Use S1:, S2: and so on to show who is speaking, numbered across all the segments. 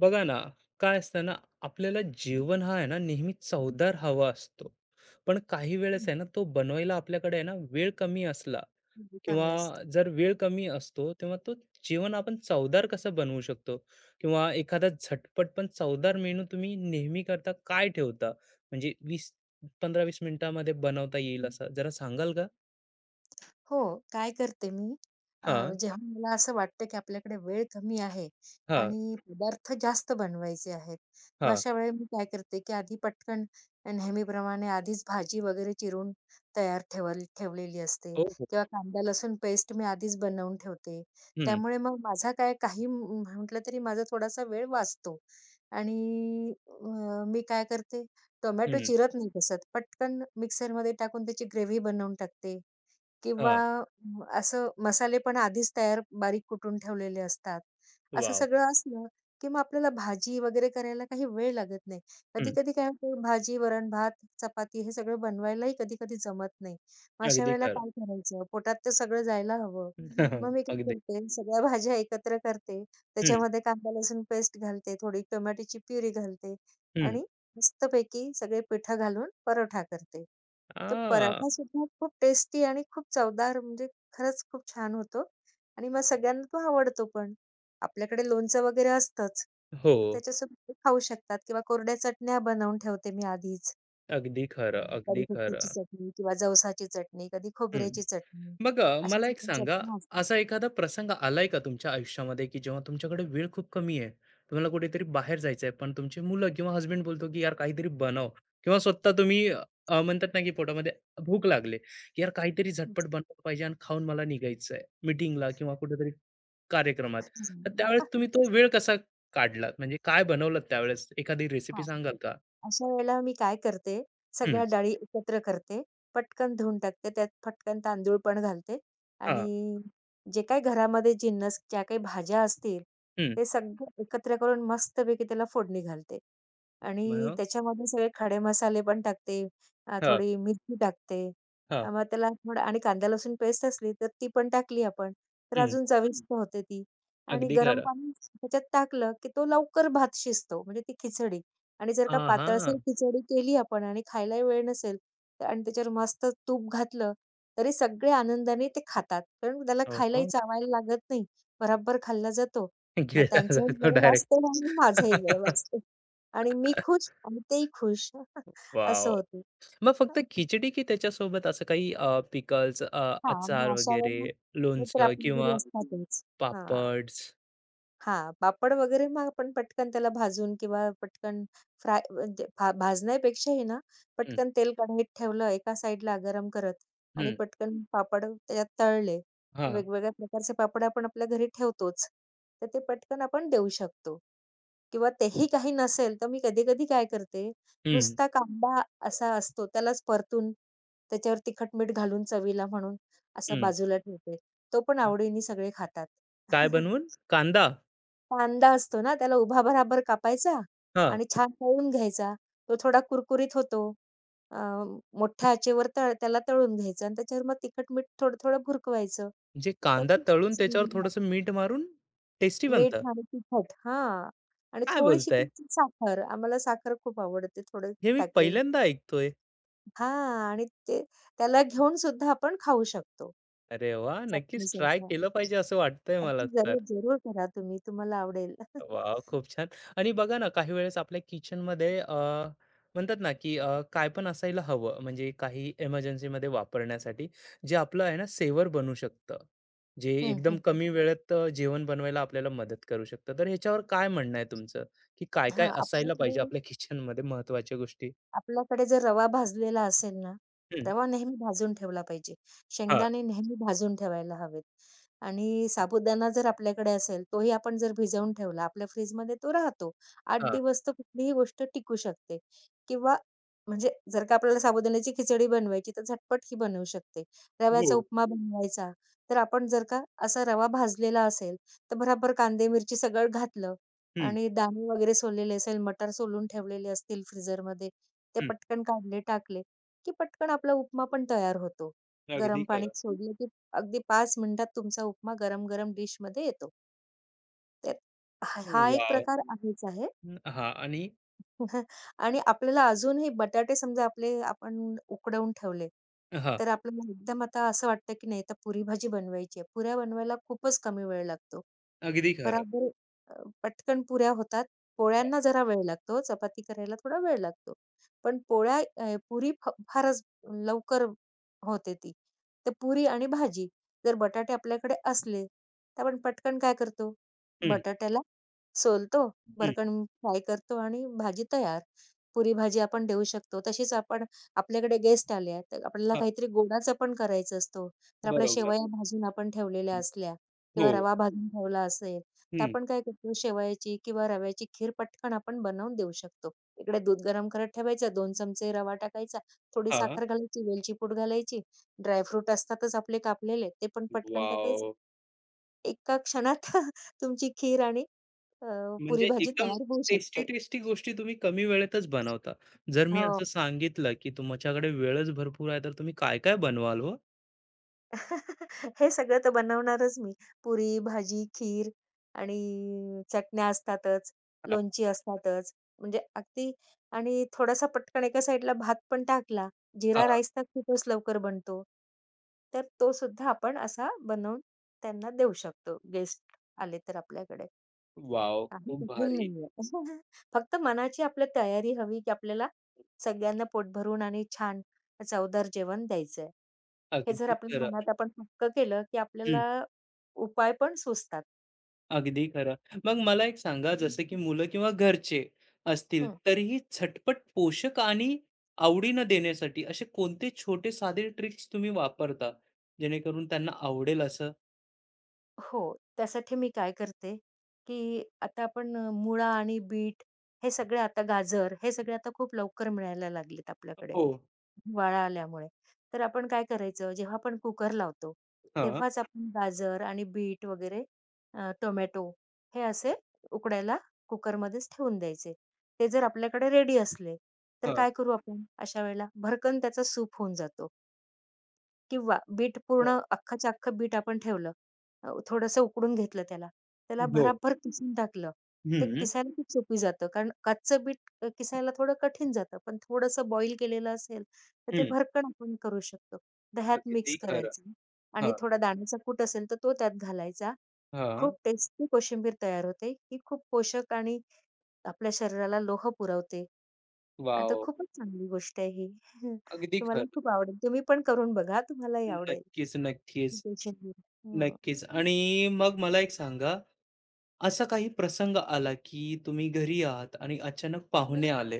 S1: बघा ना, काय असतं ना, आपल्याला जेवण हा आहे ना, नेहमी चवदार हवा असतो. पण काही वेळेस
S2: हं,
S1: आहे ना, तो बनवायला आपल्याकडे आहे ना, वेळ कमी असला
S2: हं.
S1: किंवा
S2: कमी असतं.
S1: जर वेळ कमी असतो, तेव्हा तो जेवण आपण चवदार कसं बनवू शकतो? किंवा एखादा झटपट पण चवदार मेनू तुम्ही नेहमी करता काय ठेवता? म्हणजे 20 15-20 मिनिटामध्ये बनवता येईल असं जरा सांगाल का?
S2: हो, काय करते मी. अ,
S1: हां,
S2: जेव्हा मला असं वाटतं की आपल्याकडे वेळ कमी आहे
S1: हां,
S2: आणि पदार्थ जास्त बनवायचे आहेत. मग
S1: हां.
S2: अशा वेळी मी काय करते की आधी पटकन नेहमीप्रमाणे आधीच भाजी वगैरे चिरून तयार ठेवलेली असते
S1: हो, हो.
S2: किंवा कांदा लसूण पेस्ट मी आधीच बनवून ठेवते.
S1: हं,
S2: त्यामुळे मग माझा काय काही म्हटलं तरी माझा थोडासा वेळ वाचतो आणि मी काय करते टोमॅटो
S1: हं.
S2: चिरत नाही तसं. पटकन मिक्सरमध्ये टाकून त्याची ग्रेव्ही बनवून टाकते. किंवा
S1: हां.
S2: असं मसाले पण आधीच तयार बारीक कुटून ठेवलेले असतात. असं
S1: वॉव!
S2: सगळं असलं, की मग आपल्याला भाजी वगैरे करायला काही वेळ लागत नाही.
S1: हं.
S2: कधी-कधी काय होतं भाजी, वरण-भात, चपाती हे सगळं बनवायलाही कधी-कधी जमत नाही. मग अशा
S1: अगदी
S2: वेळेला
S1: खरं.
S2: काय करायचं? पोटात तर सगळं जायला हवं. मग मी काय
S1: अगदी.
S2: करते, सगळ्या भाज्या एकत्र करते. त्याच्यामध्ये कांदा, लसूण पेस्ट घालते, थोडी टोमॅटोची प्युरी घालते
S1: हं.
S2: आणि मस्तपैकी सगळे पिठं घालून परोठा करते. तर
S1: आ,
S2: पराठासुद्धा खूप टेस्टी आणि खूप चवदार म्हणजे खरंच खूप छान होतो आणि मग सगळ्यांना तो आवडतो पण. आपल्याकडे लोणचं वगैरे असतंच.
S1: हो.
S2: तर त्याच्यासोबत ते खाऊ शकतात किंवा कोरड्या चटण्या बनवून ठेवते मी आधीच.
S1: अगदी
S2: अ,
S1: खरं, अगदी
S2: कढीपत्त्याची
S1: खरं.
S2: चटणी किंवा जवसाची चटणी, कधी
S1: हं.
S2: खोबऱ्याची चटणी,
S1: मग
S2: अशा
S1: मला एक
S2: सगळ्या
S1: सांगा,
S2: चटण्या असतात.
S1: असा एखादा प्रसंग आलाय का तुमच्या आयुष्यामध्ये, की जेव्हा तुमच्याकडे वेळ खूप कमी आहे, तुम्हाला कुठेतरी बाहेर जायचं आहे, पण तुमची मुलं किंवा हसबंड बोलतो, की "यार काहीतरी बनव", किंवा स्वतः तुम्ही म्हणतात ना, की पोटामध्ये भूक लागली, की "यार काहीतरी झटपट
S2: हं,
S1: बनवलं पाहिजे आणि खाऊन मला निघायचं आहे मीटिंगला किंवा कुठेतरी कार्यक्रमात." तर त्यावेळेस
S2: हं.
S1: तुम्ही तो वेळ कसा काढलात? म्हणजे काय बनवलात त्यावेळेस? एखादी रेसिपी
S2: हां.
S1: सांगाल का?
S2: अशा वेळेला मी काय करते,
S1: हं.
S2: सगळ्या डाळी एकत्र करते, पटकन धुवून टाकते, त्यात पटकन तांदूळ पण घालते आणि
S1: हां.
S2: जे काही घरामध्ये जिन्नस, ज्या काही भाज्या असतील, ते सगळं एकत्र करून मस्तपैकी त्याला फोडणी घालते आणि
S1: मग
S2: त्याच्यामध्ये सगळे खडे मसाले पण टाकते,
S1: हो,
S2: थोडी मिरची टाकते.
S1: हो.
S2: मग त्याला थोडं आणि कांदा लसूण पेस्ट असली तर ती पण टाकली आपण, तर
S1: हं.
S2: अजून चविष्ट होते ती आणि
S1: अगदी
S2: गरम
S1: खरं.
S2: पाणी त्याच्यात टाकलं, की तो लवकर भात शिजतो म्हणजे ती खिचडी. आणि जर
S1: अ,
S2: का पातळसर
S1: हां.
S2: खिचडी केली आपण आणि खायला वेळ नसेल तर आणि त्याच्यावर मस्त तूप घातलं, तरी सगळे आनंदाने ते खातात. कारण त्याला
S1: हो,
S2: खायलाही
S1: हो.
S2: चावायला लागत नाही. भराभर खाल्ला जातो. मग
S1: गिळला
S2: त्यांचाही
S1: जातो
S2: वेळ वाचतो
S1: डायरेक्ट.
S2: आणि माझाही वेळ वाचतो आणि मी खुश आणि तेही खुश. असं
S1: वॉव!
S2: होतं.
S1: मग फक्त खिचडी की त्याच्यासोबत असं काही पिकल्स,
S2: हां, मग
S1: अचार
S2: अशा
S1: वगैरे,
S2: वेळेला मित्र
S1: लोणचं
S2: आपल्या घरी
S1: किंवा
S2: असतातच. हां.
S1: पापड्स?
S2: हां, पापड वगैरे मग आपण पटकन त्याला भाजून किंवा पटकन फ्राय म्हणजे भाजण्यापेक्षाही ना,
S1: हं,
S2: पटकन तेल कढईत ठेवलं एका साइडला गरम करत आणि
S1: हं.
S2: पटकन पापड त्याच्यात तळले.
S1: हां.
S2: वेगवेगळ्या प्रकारचे पापड आपण आपल्या घरी ठेवतोच. तर ते पटकन आपण देऊ शकतो. किंवा तेही काही नसेल, तर मी कधी-कधी काय करते,
S1: हं,
S2: नुसता कांदा असा असतो त्यालाच परतून त्याच्यावर तिखट मीठ घालून चवीला म्हणून असा
S1: हं.
S2: बाजूला ठेवते. तो पण आवडीने सगळे खातात.
S1: काय बनवून? कांदा?
S2: कांदा असतो ना, त्याला उभा-बराबर कापायचा
S1: हां.
S2: आणि छान तळून घ्यायचा. तो थोडा कुरकुरीत होतो. अ, मोठ्या आचेवर त्याला तळून घ्यायचं आणि त्याच्यावर मग तिखट-मीठ थोडं-थोडं भुरकवायचं.
S1: म्हणजे
S2: तर
S1: कांदा
S2: खूप
S1: तळून
S2: सुंदर
S1: त्याच्यावर
S2: लागतं.
S1: थोडंसं मीठ मारून टेस्टी
S2: मीठ
S1: बनतं.
S2: आणि तिखट हां. आणि
S1: काय
S2: थोडीशी
S1: बोलताय?
S2: किंचित साखर. आम्हाला साखर खूप आवडते थोडं
S1: हे मी
S2: टाकलेली.
S1: पहिल्यांदा ऐकतोय.
S2: हां आणि ते त्याला घेऊन सुद्धा आपण खाऊ शकतो
S1: अरे वाह! नक्कीच ट्राय
S2: चटणीसारखं.
S1: केलं पाहिजे असं वाटतंय मला
S2: अगदी
S1: तर.
S2: जरूर, जरूर करा तुम्ही. तुम्हाला आवडेल.
S1: वाव, खूप छान. आणि बघा ना, काही वेळेस आपल्या किचनमध्ये म्हणतात ना, की काय पण असायला हवं, म्हणजे काही इमर्जन्सीमध्ये वापरण्यासाठी, जे आपलं आहे ना, सेवर बनू शकतं. जे
S2: हं,
S1: एकदम
S2: हं.
S1: कमी वेळेत जेवण बनवायला आपल्याला मदत करू शकतं. तर ह्याच्यावर काय म्हणणं आहे तुमचं, की काय-काय
S2: हां,
S1: असायला
S2: आपल्याकडे
S1: पाहिजे आपल्या किचनमध्ये महत्त्वाच्या गोष्टी?
S2: आपल्याकडे जर रवा भाजलेला असेल ना,
S1: हं,
S2: रवा नेहमी भाजून ठेवला पाहिजे.
S1: हां,
S2: शेंगदाणे नेहमी भाजून ठेवायला हवेत आणि साबुदाणा जर आपल्याकडे असेल, तोही आपण जर भिजवून ठेवला, आपल्या फ्रिजमध्ये तो राहतो. 8
S1: हां.
S2: दिवस तर कुठलीही गोष्ट टिकू शकते किंवा म्हणजे जर का आपल्याला साबुदाण्याची खिचडी बनवायची, तर झटपट ही बनवू शकते.
S1: हो.
S2: रव्याचा उपमा बनवायचा, तर आपण जर का असा रवा भाजलेला असेल, तर भराभर कांदे, मिरची सगळं घातलं
S1: हं,
S2: आणि दाणे वगैरे सोललेले असेल, मटार सोलून ठेवलेले असतील फ्रीझरमध्ये, ते
S1: हं.
S2: पटकन काढले, टाकले, की पटकन आपला उपमा पण तयार होतो.
S1: अगदी
S2: गरम
S1: खरं.
S2: पाणीत सोडलं, की अगदी 5 मिनिटात तुमचा उपमा गरम-गरम डिशमध्ये येतो. तर हा हा एक
S1: वॉव!
S2: प्रकार आहेच आहे.
S1: हं, हां, आणि
S2: आणि आपल्याला अजूनही बटाटे समजा आपण उकडवून ठेवले,
S1: हां,
S2: तर आपल्याला एकदम आता असं वाटतं, की नाही, आता पुरी भाजी बनवायची आहे. पुऱ्या बनवायला खूपच कमी वेळ लागतो.
S1: अगदी खरं.
S2: बराबर पटकन पुऱ्या होतात.
S1: हां,
S2: पोळ्यांना जरा वेळ लागतो, हो, चपाती करायला थोडा वेळ लागतो. पण पोळ्या पुरी फारच लवकर होते ती. तर पुरी आणि भाजी जर बटाटे आपल्याकडे असले, तर आपण पटकन काय करतो?
S1: हं,
S2: बटाट्याला सोलतो,
S1: हं.
S2: भरकन फ्राय करतो आणि भाजी तयार. पुरी भाजी आपण देऊ शकतो. तशीच आपण आपल्याकडे गेस्ट आले आहेत, तर आपल्याला
S1: हां,
S2: काहीतरी गोडाचं पण करायचं असतो. तर आपल्या
S1: बरोबर.
S2: शेवया भाजून आपण ठेवलेल्या असल्या
S1: हो.
S2: किंवा रवा भाजून ठेवला असेल, तर
S1: हं.
S2: आपण काय करतो शेवयाची किंवा रव्याची खीर पटकन आपण बनवून देऊ शकतो. इकडे दूध गरम करत ठेवायचं, 2 चमचे रवा टाकायचा, थोडी
S1: हां.
S2: साखर घालायची, वेलची पूड घालायची, ड्रायफ्रूट असतातच आपले कापलेले, ते पण पटकन टाकायचे.
S1: वॉव!
S2: एका क्षणात तुमची खीर आणि अ, पुरी
S1: म्हणजे
S2: भाजी
S1: एकदम
S2: तयार होऊ
S1: टेस्टी,
S2: शकते.
S1: टेस्टी गोष्टी तुम्ही कमी वेळेतच बनवता. जर मी
S2: हो.
S1: असं सांगितलं, की तुमच्याकडे वेळच भरपूर आहे, तर तुम्ही काय-काय बनवाल हो?
S2: हे सगळं तर बनवणारच मी. पुरी, भाजी, खीर आणि चटण्या असतातच,
S1: हां,
S2: लोणची असतातच. म्हणजे अगदी आणि थोडासा पटकन एका साईडला भात पण टाकला. जीरा
S1: हां.
S2: राईस तर खूपच लवकर बनतो. तर तो सुद्धा आपण असा बनवून त्यांना देऊ शकतो, गेस्ट आले तर आपल्याकडे.
S1: वॉव!
S2: काही
S1: खूप
S2: कठीण
S1: भारी.
S2: नाहीये. फक्त मनाची आपल्या तयारी हवी, की आपल्याला सगळ्यांना पोट भरून आणि छान चवदार जेवण द्यायचंय. हे जर
S1: अगदी
S2: आपल्या
S1: खरं.
S2: मनात आपण पक्कं केलं, की
S1: हं.
S2: आपल्याला उपाय पण सुचतात.
S1: अगदी खरं. मग मला एक सांगा, जसं की मुलं किंवा घरचे असतील,
S2: हं.
S1: तरीही झटपट पोषक आणि आवडीनं देण्यासाठी असे कोणते छोटे साधे ट्रिक्स तुम्ही वापरता, जेणेकरून त्यांना आवडेल असं?
S2: हो, त्यासाठी मी काय करते, की आता आपण मुळा आणि बीट हे सगळे आता गाजर हे सगळे आता खूप लवकर मिळायला लागलेत आपल्याकडे
S1: हो.
S2: हिवाळा आल्यामुळे. तर आपण काय करायचं जेव्हा आपण कुकर लावतो,
S1: हां,
S2: तेव्हाच आपण गाजर आणि बीट वगैरे टोमॅटो हे असे उकडायला कुकरमध्येच ठेवून द्यायचे. ते जर आपल्याकडे रेडी असले, तर
S1: हां,
S2: काय करू आपण अशा वेळेला भरकन त्याचा सूप होऊन जातो. किंवा बीट पूर्ण
S1: हां.
S2: अख्खच्या अख्खं बीट आपण ठेवलं. थोडंसं उकडून घेतलं त्याला. त्याला
S1: हो.
S2: भराभर किसून टाकलं. ते
S1: हं,
S2: किसायला खूप सोपी जातं. कारण कच्चं बीट किसायला थोडं कठीण जातं. पण थोडंसं बॉईल केलेलं असेल, तर ते
S1: हं.
S2: भरकन आपण करू शकतो. दह्यात
S1: अगदी
S2: मिक्स
S1: खरं.
S2: करायचं आणि
S1: हां,
S2: थोडा दाण्याचा कूट असेल, तर तो त्यात घालायचा.
S1: हां.
S2: खूप टेस्टी कोशिंबीर तयार होते. ही खूप पोषक आणि आपल्या शरीराला लोह पुरवते. तर
S1: वॉव!
S2: खूपच चांगली गोष्ट आहे ही.
S1: अगदी
S2: तुम्हाला
S1: खरं.
S2: खूप आवडेल. तुम्ही पण करून बघा. तुम्हालाही आवडेल.
S1: नक्कीच, नक्कीच,
S2: देशाची. हं.
S1: नक्कीच. आणि मग मला एक सांगा, असा काही प्रसंग आला की तुम्ही घरी आहात आणि अचानक पाहुणे आले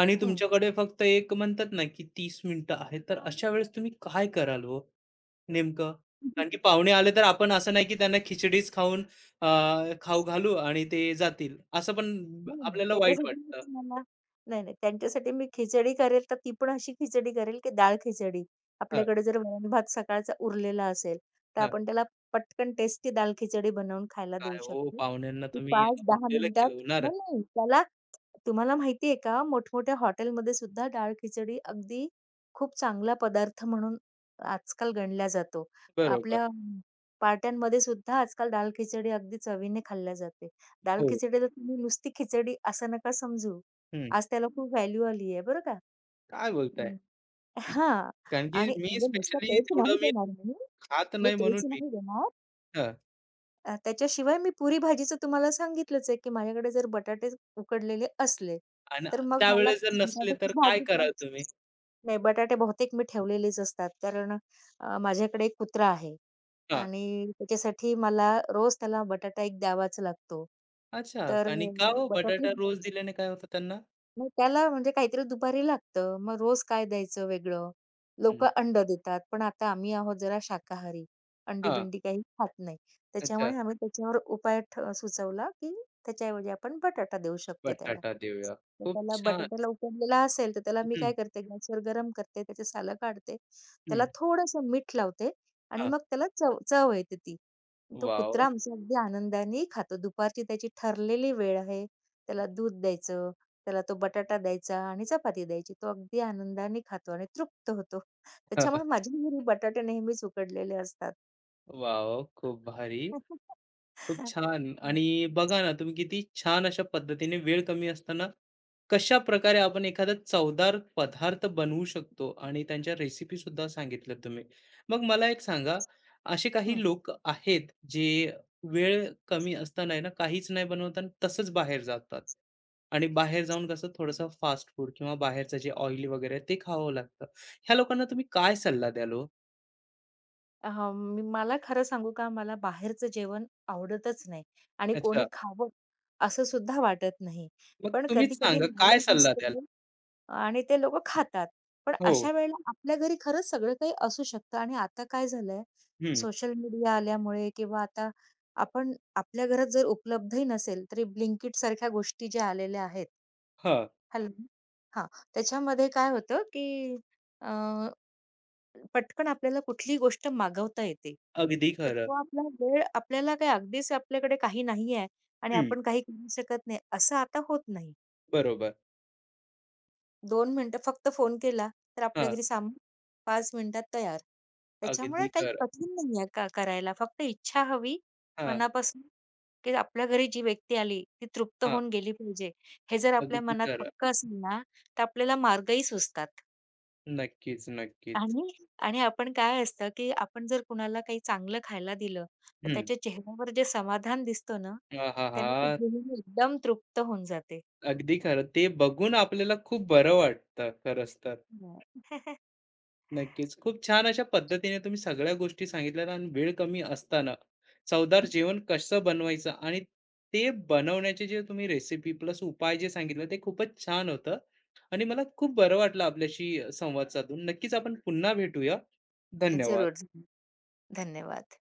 S1: आणि
S2: हं.
S1: तुमच्याकडे फक्त एक म्हणतात ना, की 30 मिनिटं आहेत, तर अशा वेळेस तुम्ही काय कराल हो नेमकं? कारण की पाहुणे आले तर आपण असं नाही की त्यांना खिचडीच खाऊन अ, खाऊ घालू आणि ते जातील. असं पण
S2: नाही, नाही.
S1: आपल्याला वाईट वाटतं.
S2: त्याच्यासाठीच मला नाही, नाही. त्यांच्यासाठी मी खिचडी करेल, तर ती पण अशी खिचडी करेल, की डाळ खिचडी.
S1: हां,
S2: आपल्याकडे जर वरण भात सकाळचा उरलेला असेल, तर
S1: हां.
S2: आपण त्याला पटकन टेस्टी दाल खिचडी बनवून खायला
S1: काय
S2: देऊ
S1: हो,
S2: शकतो.
S1: पाहुण्यांना
S2: की
S1: तर मी
S2: 5-10
S1: उरलेलं
S2: मिनिटात
S1: खिलवणार.
S2: नाही, नाही. त्याला तुम्हाला माहिती आहे का मोठमोठ्या हॉटेलमध्ये सुद्धा डाळ खिचडी अगदी खूप चांगला पदार्थ म्हणून आजकाल गणला जातो.
S1: बरोबर.
S2: आपल्या पार्ट्यांमध्ये सुद्धा आजकाल डाळ खिचडी अगदी चवीने खाल्ल्या जाते. डाळ
S1: हो.
S2: खिचडीला तुम्ही नुसती खिचडी असं नका समजू.
S1: हं.
S2: आज त्याला खूप व्हॅल्यू आली आहे बरं का.
S1: काय बोलताय?
S2: अं, हां.
S1: कारण की
S2: आणि
S1: मी
S2: म्हणजे नुसतं
S1: स्पेशली
S2: तेच नाही
S1: तेवढं मी
S2: देणार मी.
S1: खात
S2: मी
S1: नाही म्हणून
S2: तेच
S1: मी
S2: नाही देणार.
S1: हं.
S2: त्याच्याशिवाय मी पुरी भाजीचं तुम्हाला सांगितलंच आहे, की माझ्याकडे जर बटाटे उकडलेले असले,
S1: आणि
S2: तर मग मला
S1: त्यावेळेस जर नसले तर
S2: बटाट्याची
S1: काय
S2: भाजी नाही.
S1: कराल तुम्ही?
S2: नाही, बटाटे बहुतेक मी ठेवलेलेच असतात. कारण माझ्याकडे एक कुत्रा आहे
S1: हां.
S2: आणि त्याच्यासाठी मला रोज त्याला बटाटा एक द्यावाच लागतो.
S1: अच्छा,
S2: तर
S1: आणि का हो
S2: बटाटे
S1: बटाटा रोज दिल्याने काय होतं त्यांना?
S2: मग त्याला म्हणजे काहीतरी दुपारी लागतं. मग रोज काय द्यायचं वेगळं?
S1: हं.
S2: लोकं अंड देतात, पण आता आम्ही आहोत जरा शाकाहारी.
S1: हां.
S2: अंडी-बिंडी काही खात नाही.
S1: अच्छा.
S2: त्याच्यामुळे आम्ही त्याच्यावर उपाय सुचवला, की त्याच्याऐवजी आपण बटाटा देऊ शकतो त्याला.
S1: बटाटा देऊया.
S2: तर
S1: खूप
S2: त्याला
S1: छान.
S2: बटाट्याला उकडलेला असेल, तर त्याला मी
S1: हं,
S2: काय करते गॅसवर गरम करते, त्याचे सालं काढते. त्याला
S1: हं.
S2: थोडंसं मीठ लावते आणि
S1: हां.
S2: मग त्याला चव चव येते ती. तो
S1: वॉव!
S2: कुत्रा आमचा अगदी आनंदाने खातो. दुपारची त्याची ठरलेली वेळ आहे. त्याला दूध द्यायचं, त्याला तो बटाटा द्यायचा आणि चपाती द्यायची. तो अगदी आनंदाने खातो आणि तृप्त होतो.
S1: वॉव!
S2: त्याच्यामुळे माझ्या घरी बटाटे नेहमीच उकडलेले असतात.
S1: खूप भारी. खूप छान, आणि बघा ना, तुम्ही किती छान अशा पद्धतीने वेळ कमी असताना कशा प्रकारे आपण एखादा चवदार पदार्थ बनवू शकतो आणि त्यांच्या रेसिपी सुद्धा सांगितल्या तुम्ही. मग मला एक सांगा, असे काही
S2: हं.
S1: लोक आहेत जे वेळ कमी असताना आहे ना, काहीच नाही बनवताना तसंच बाहेर जातात आणि बाहेर जाऊन कसं थोडंसं फास्ट फूड किंवा बाहेरचं जे ऑइली वगैरे आहे ते खावं लागतं. ह्या लोकांना तुम्ही काय सल्ला द्याल हो?
S2: अहं, मी मला खरं सांगू का, मला बाहेरचं जेवण आवडतच नाही आणि
S1: अच्छा.
S2: कोणी खावं असं सुद्धा वाटत नाही.
S1: मग
S2: पण
S1: तुम्हीच
S2: कधी-कधी
S1: सांगा, काय
S2: नाईलाज
S1: सल्ला द्याल
S2: दिसतो आणि ते लोकं खातात. पण
S1: हो?
S2: अशा वेळेला आपल्या घरी खरंच सगळं काही असू शकतं आणि आता काय झालंय,
S1: हम्म.
S2: सोशल मीडिया आल्यामुळे किंवा आता आपण आपल्या घरात जर उपलब्धही नसेल, तरी Blinkit सारख्या गोष्टी ज्या आलेल्या आहेत.
S1: हा.
S2: हॅलो हां, त्याच्यामध्ये काय होतं, की पटकन आपल्याला कुठलीही गोष्ट मागवता येते.
S1: अगदी
S2: तर
S1: खरं.
S2: तो आपला वेळ आपल्याला काय अगदीच आपल्याकडे काही नाही आहे आणि
S1: हं,
S2: आपण काही करू शकत नाही, असं आता होत नाही.
S1: बरोबर.
S2: 2 मिनिटं फक्त फोन केला, तर आपल्या
S1: हां,
S2: घरी सामान 5 मिनिटात तयार. त्याच्यामुळे
S1: अगदी
S2: काही
S1: खरं.
S2: कठीण नाही आहे का करायला. फक्त इच्छा हवी
S1: हां,
S2: मनापासून, की आपल्या घरी जी व्यक्ती आली, ती तृप्त
S1: हां,
S2: होऊन गेली पाहिजे. हे जर आपल्या
S1: अगदी
S2: मनात
S1: खरं.
S2: पक्कं असेल ना, तर आपल्याला मार्गही सुचतात.
S1: नक्कीच, नक्कीच.
S2: आणि आणि आपण काय असतं, की आपण जर कुणाला काही चांगलं खायला दिलं, तर
S1: हं.
S2: त्याच्या चेहऱ्यावर जे समाधान दिसतो ना, त्याने ती
S1: आहाहा!
S2: गृहिणी एकदम तृप्त होऊन जाते.
S1: अगदी खरं. ते बघून आपल्याला खूप बरं वाटतं खरंच तर.
S2: हो.
S1: नक्कीच. खूप छान अशा पद्धतीने तुम्ही सगळ्या गोष्टी सांगितल्यात आणि वेळ कमी असताना चवदार जेवण कसं बनवायचं आणि ते बनवण्याचे जे तुम्ही रेसिपी प्लस उपाय जे सांगितले ते खूपच छान होतं, आणि मला खूप बरं वाटलं आपल्याशी संवाद साधून. नक्कीच आपण पुन्हा भेटूया. धन्यवाद.
S2: जरूर, जरूर. धन्यवाद.